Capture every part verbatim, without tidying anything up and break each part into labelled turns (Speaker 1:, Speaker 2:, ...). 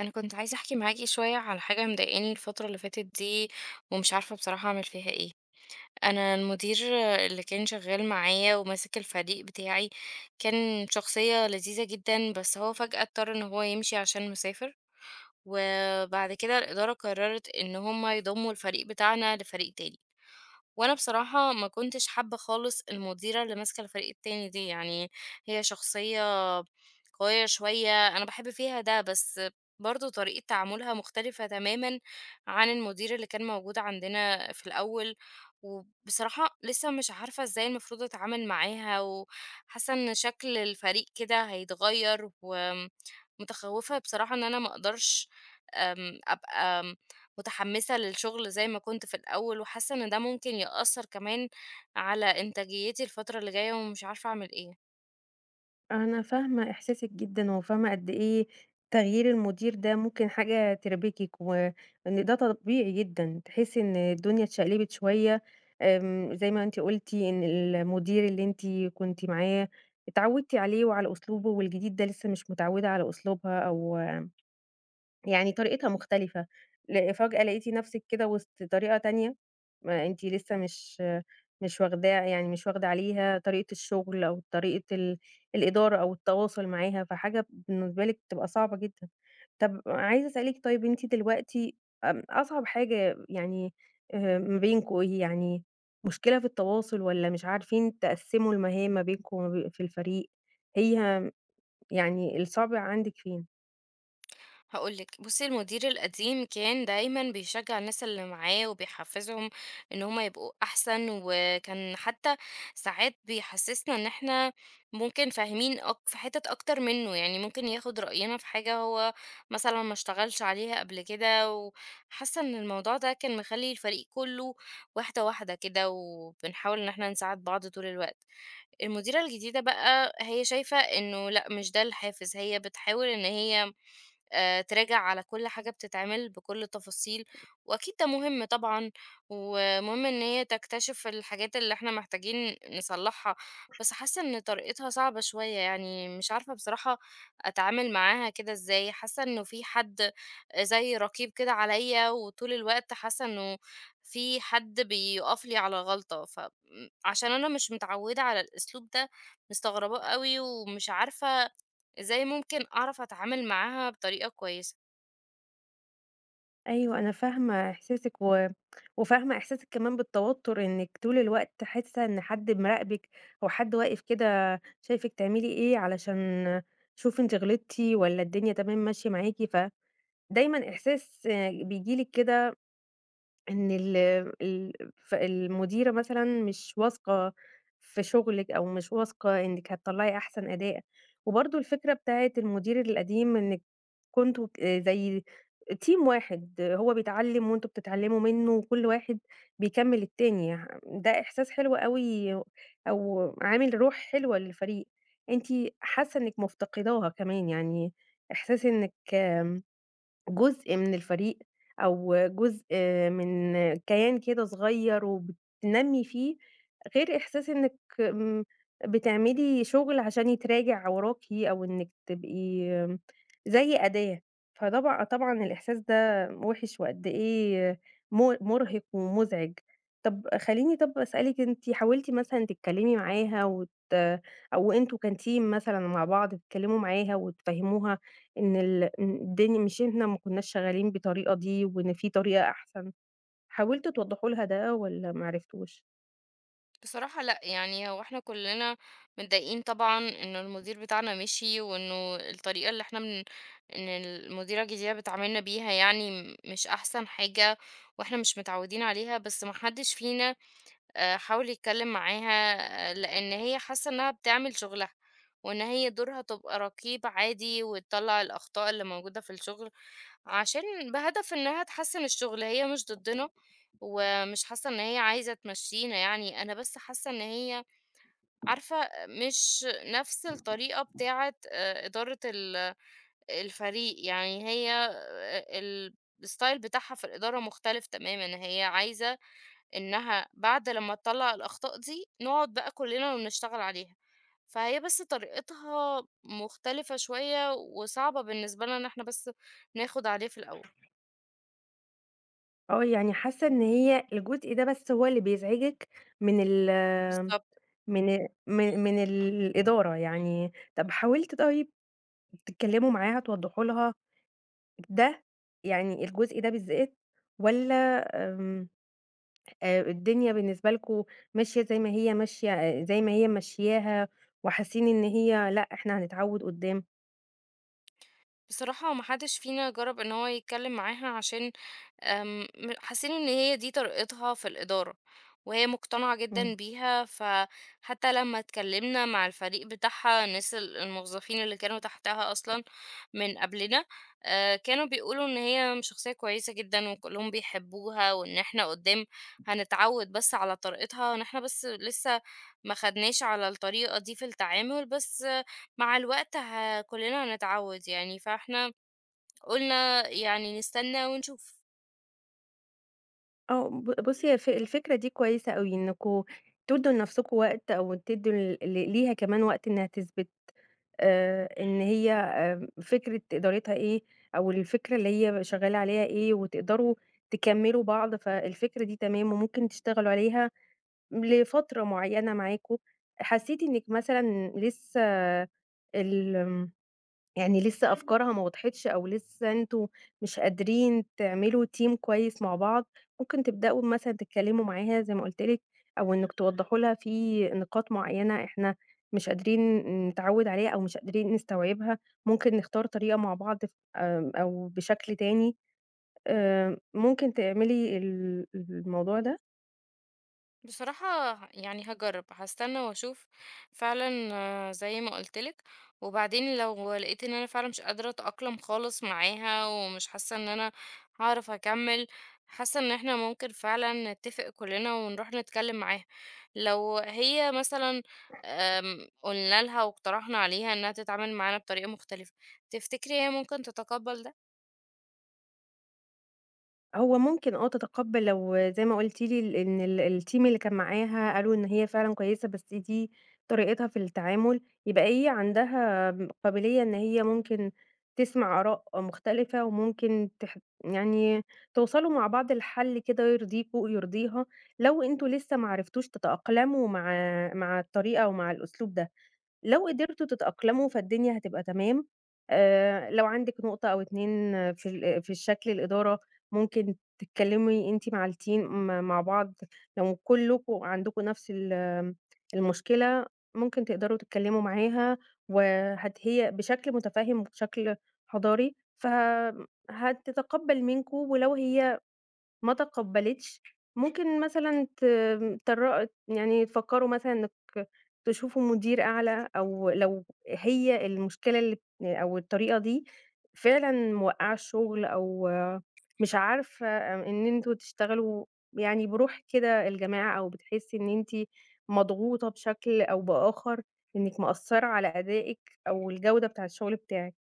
Speaker 1: انا كنت عايزه احكي معاكي شويه على حاجه مضايقاني الفتره اللي فاتت دي، ومش عارفه بصراحه اعمل فيها ايه. انا المدير اللي كان شغال معايا وماسك الفريق بتاعي كان شخصيه لذيذه جدا، بس هو فجأة اضطر ان هو يمشي عشان مسافر. وبعد كده الاداره قررت ان هم يضموا الفريق بتاعنا لفريق تاني، وأنا بصراحة ما كنتش حابة خالص المديرة اللي ماسكة الفريق التاني دي، يعني هي شخصية قوية شوية، أنا باحب فيها ده، بس برضه طريقة تعاملها مختلفة تمامًا عن المدير اللي كان موجود عندنا في الأول. وبصراحة لسه مش عارفة إزاي المفروض أتعامل معاها، وحاسة إن شكل الفريق كده هيتغير، ومتخوفة بصراحة إن أنا ما أقدرش آمم، أبقى متحمسة للشغل زي ما كنت في الأول، وحاسة إن ده ممكن يأثر كمان على إنتاجيتي الفترة اللي جاية، ومش عارفة أعمل إيه.
Speaker 2: أنا فاهمة إحساسِك جدًا، وفاهمة قد إيه تغيير المدير ده ممكن حاجة تربكِك، وإن ده طبيعي جدًا، تحسي إن الدنيا اتشقلبت شوية، آمم، زي ما أنتِ قلتِ إن المدير اللي أنتِ كنتِ معاه اتعودتِ عليه وعلى أسلوبه، والجديد ده لسه مش متعودة على أسلوبها أو يعني طريقتها مختلفة. ل فجأة لقيتِ نفسِك كده وسط طريقة تانية، ما أنتِ لسه مش مش واخداه، يعني مش واخدة عليها طريقة الشغل أو طريقة ال الإدارة أو التواصل معاها، فحاجة بالنسبة لِك بتبقى صعبة جدًا. طب عايزة أسألِك، طيب أنتِ دلوقتي آمم، أصعب حاجة، يعني آآ، ما بينكم إيه يعني؟ مشكلة في التواصل والّا مش عارفين تقسّموا المهام ما بينكم وما بين في الفريق؟ هي يعني الصعب عندِك فين؟
Speaker 1: هاقول لِك، بُصّي المدير القديم كان دايمًا بيشجّع الناس اللي معاه وبيحفّزهم إن هُم يبقوا أحسن، وكان حتى ساعات بيحسّسنا إن إحنا ممكن فاهمين أك في حِتَت أكتر منّه، يعني ممكن ياخُد رأينا في حاجة هو مثلًا ما اشتغلش عليها قبل كده، وحاسّة إن الموضوع ده كان مخلّي الفريق كُلّه واحدة، واحدة كده، وبنحاول إن إحنا نساعد بعض طول الوقت. المديرة الجديدة بقى هي شايفة إنه لأ، مش ده الحافز، هي بتحاول إن هي آآ تراجع على كل حاجة بتتعمل بكل التفاصيل، وأكيد ده مهم طبعًا، ومهم إن هي تكتشف الحاجات اللي إحنا محتاجين نصلّحها، بس حاسة إن طريقتها صعبة شوية، يعني مش عارفة بصراحة أتعامل معاها كده إزاي. حاسة إنه في حد زي رقيب كده عليَّ، وطول الوقت حاسة إنه في حد بيُقف لي على غلطة، ف م عشان أنا مش متعودة على الأسلوب ده، مستغرباه أوي، ومش عارفة إزاي ممكن أعرف أتعامل معاها بطريقة كويسة.
Speaker 2: أيوه، أنا فاهمة إحساسِك و وفاهمة إحساسِك كمان بالتوتُّر، إنِّك طول الوقت حاسة إن حد مراقبِك أو حد واقف كده شايفِك تعملي إيه، علشان شوف أنتِ غلطتِ والّا الدنيا تمام ماشية معاكِ. فدايمًا إحساس بييجي لِك كده، إن ال ال ف المديرة مثلًا مش واثقة في شغلِك، أو مش واثقة إنِّك هتطلّعي أحسن أداء. وبرضه الفكرة بتاعة المدير القديم، إنِّك كنتم ك زي team واحد، هو بيتعلّم وأنتم بتتعلّموا منّه وكل واحد بيكمّل التاني. ه ده إحساس حلو أوي، أو عامل روح حلوة للفريق. أنتِ حاسة إنِّك مفتقداها كمان، يعني إحساس إنِّك جزء من الفريق أو جزء من كيان كده صغير وبتنمّي فيه، غير إحساس إنِّك آمم بتعملي شغل عشان يتراجع وراكِ أو إنِّك تبقي زي أداة. فطبعًا طبعًا الإحساس ده وِحِش، وقد إيه م مُرهِق ومُزعج. طَب خلّيني طَب أسألِك، أنتِ حاولتِ مثلًا تتكلّمي معاها وت أو أنتم كteam مثلًا مع بعض تتكلّموا معاها وتفهّموها إن ال إن الدنيا مش، إحنا ما كناش شغالين بالطريقة دي وإن في طريقة أحسن، حاولتوا توضّحوا لها ده والّا ما عرفتوش؟
Speaker 1: بصراحة لأ، يعني هو احنا كلنا متضايقين طبعا إنه المدير بتاعنا مشي، وإنه الطريقة اللي احنا من إن المديرة الجديدة بتعاملنا بيها يعني م- مش أحسن حاجة، واحنا مش متعودين عليها، بس محدش فينا آه، حاول يتكلم معاها آه، لأن هي حاسة إنها بتعمل شغلها، وإن هي دورها تبقى رقيب عادي وتطلع الأخطاء اللي موجودة في الشغل عشان بهدف إنها تحسّن الشغل. هي مش ضدنا، ومش حاسة إن هي عايزة تمشّينا يعني، أنا بس حاسة إن هي عارفة مش نفس الطريقة بتاعة آآ إدارة ال الفريق، يعني هي آآ ال الstyle بتاعها في الإدارة مختلف تمامًا، هي عايزة إنها بعد لمّا تطلّع الأخطاء دي، نقعد بقى كلّنا ونشتغل عليها، فهي بس طريقتها مختلفة شوية وصعبة بالنسبة لنا إن إحنا بس ناخد عليه في الأول.
Speaker 2: آه، يعني حاسة إن هي الجزء ده بس هو اللي بيزعجِك من ال
Speaker 1: بالضبط.
Speaker 2: من من من الإدارة، يعني. طب حاولتِ، طيب تتكلموا معاها توضّحوا لها ده، يعني الجزء ده بالذات؟ والّا آمم، آآ، الدنيا بالنسبة لكم ماشية زي ما هي ماشية آه، زي ما هي ماشياها، وحاسين إن هي لأ، إحنا هنتعوّد قدّام؟
Speaker 1: بصراحة ما حدش فينا جرب ان هو يتكلم معاها عشان آمم، م حاسين إن هي دي طريقتها في الإدارة، وهي مقتنعة
Speaker 2: إمم.
Speaker 1: جدًا بيها، فحتى لمّا اتكلمنا مع الفريق بتاعها الناس ال الموظفين اللي كانوا تحتها أصلًا من قبلنا، آآ، كانوا بيقولوا إن هي شخصية كويسة جدًا وكلّهم بيحبوها، وإن إحنا قدّام هنتعود بس على طريقتها، إن إحنا بس لسه ما خدناش على الطريقة دي في التعامل، بس آه، مع الوقت ه كلّنا هنتعود يعني، فإحنا قُلنا يعني نستنى ونشوف.
Speaker 2: آه، ب بُصّي، هي الف الفكرة دي كويسة أوي، إنكم تدّوا لنفسكم وقت أو تدّوا ل ل ليها كمان وقت إنها تثبت آآ، إن هي آآ، فكرة إدارتها إيه، أو الفكرة اللي هي شغّالة عليها إيه، وتقدروا تكمّلوا بعض، فالفكرة دي تمام وممكن تشتغلوا عليها لفترة معيّنة معاكم. حسّيتِ إنِّك مثلًا لسه ال يعني لسه أفكارها ما وضحِتش، أو لسه أنتم مش قادرين تعملوا team كويس مع بعض، ممكن تبدأوا مثلًا تتكلموا معاها زي ما قُلت لِك، أو إنِّك توضّحوا لها في نقاط معيّنة إحنا مش قادرين نتعوّد عليها أو مش قادرين نستوعبها، ممكن نختار طريقة مع بعض ف آمم، أو بشكل تاني، آآ، ممكن تعملي ال الموضوع ده؟
Speaker 1: بصراحة يعني هجرب، هستنى واشوف فعلا آه، زي ما قلتلك. وبعدين لو لقيت ان انا فعلا مش قادرة اتأقلم خالص معاها، ومش حاسة ان انا هعرف اكمل، حاسة ان احنا ممكن فعلا نتفق كلنا ونروح نتكلم معاها. لو هي مثلا آم، قلنا لها واقترحنا عليها انها تتعامل معانا بطريقة مختلفة، تفتكري هي ممكن تتقبل ده؟
Speaker 2: هو ممكن آه تتقبّل، لو زي ما قُلتِ لي ال إن ال الteam اللي كان معاها قالوا إن هي فعلًا كويسة، بس دي طريقتها في التعامل، يبقى هي عندها م قابلية إن هي ممكن تسمع آراء مختلفة، وممكن تح يعني توصلوا مع بعض لحَل كده يرضيكم ويرضيها، لو أنتم لسه ما عرفتوش تتأقلموا مع مع الطريقة ومع الأسلوب ده. لو قدرتوا تتأقلموا فالدنيا هتبقى تمام. آآ لو عندِك نقطة أو اتنين في ال في الشكل الإدارة، ممكن تتكلمي أنتِ مع الteam م مع بعض. لو كلكم عندكم نفس ال المشكلة، ممكن تقدروا تتكلموا معاها، وهت هي بشكل متفهم وبشكل حضاري، فهتتقبل منكم. ولو هي ما تقبّلِتش، ممكن مثلًا ت تر يعني تفكّروا مثلًا إنِّك تشوفوا مدير أعلى، أو لو هي المشكلة اللي أو الطريقة دي فعلًا موقّعة الشغل، أو مش عارفة إن أنتم تشتغلوا يعني بروح كده الجماعة، أو بتحسّي إن أنتِ مضغوطة بشكل أو بآخَر، إنِّك مأثّرة على أدائِك أو الجودة بتاع الشغل بتاعِك.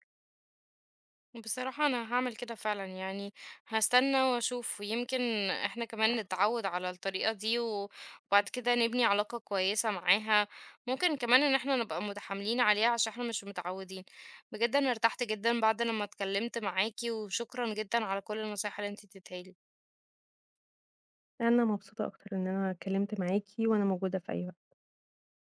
Speaker 1: بصراحة أنا هاعمل كده فعلًا، يعني هاستنى وأشوف، ويمكن إحنا كمان نتعود على الطريقة دي، و وبعد كده نبني علاقة كويسة معاها، ممكن كمان إن إحنا نبقى متحاملين عليها عشان إحنا مش متعودين. بجد أنا ارتحت جدًا بعد لمّا اتكلمت معاكِ، وشكرًا جدًا على كل النصايح اللي أنتِ اديتها لي.
Speaker 2: أنا مبسوطة أكتر إن أنا اتكلّمت معاكِ، وأنا موجودة في أي وقت.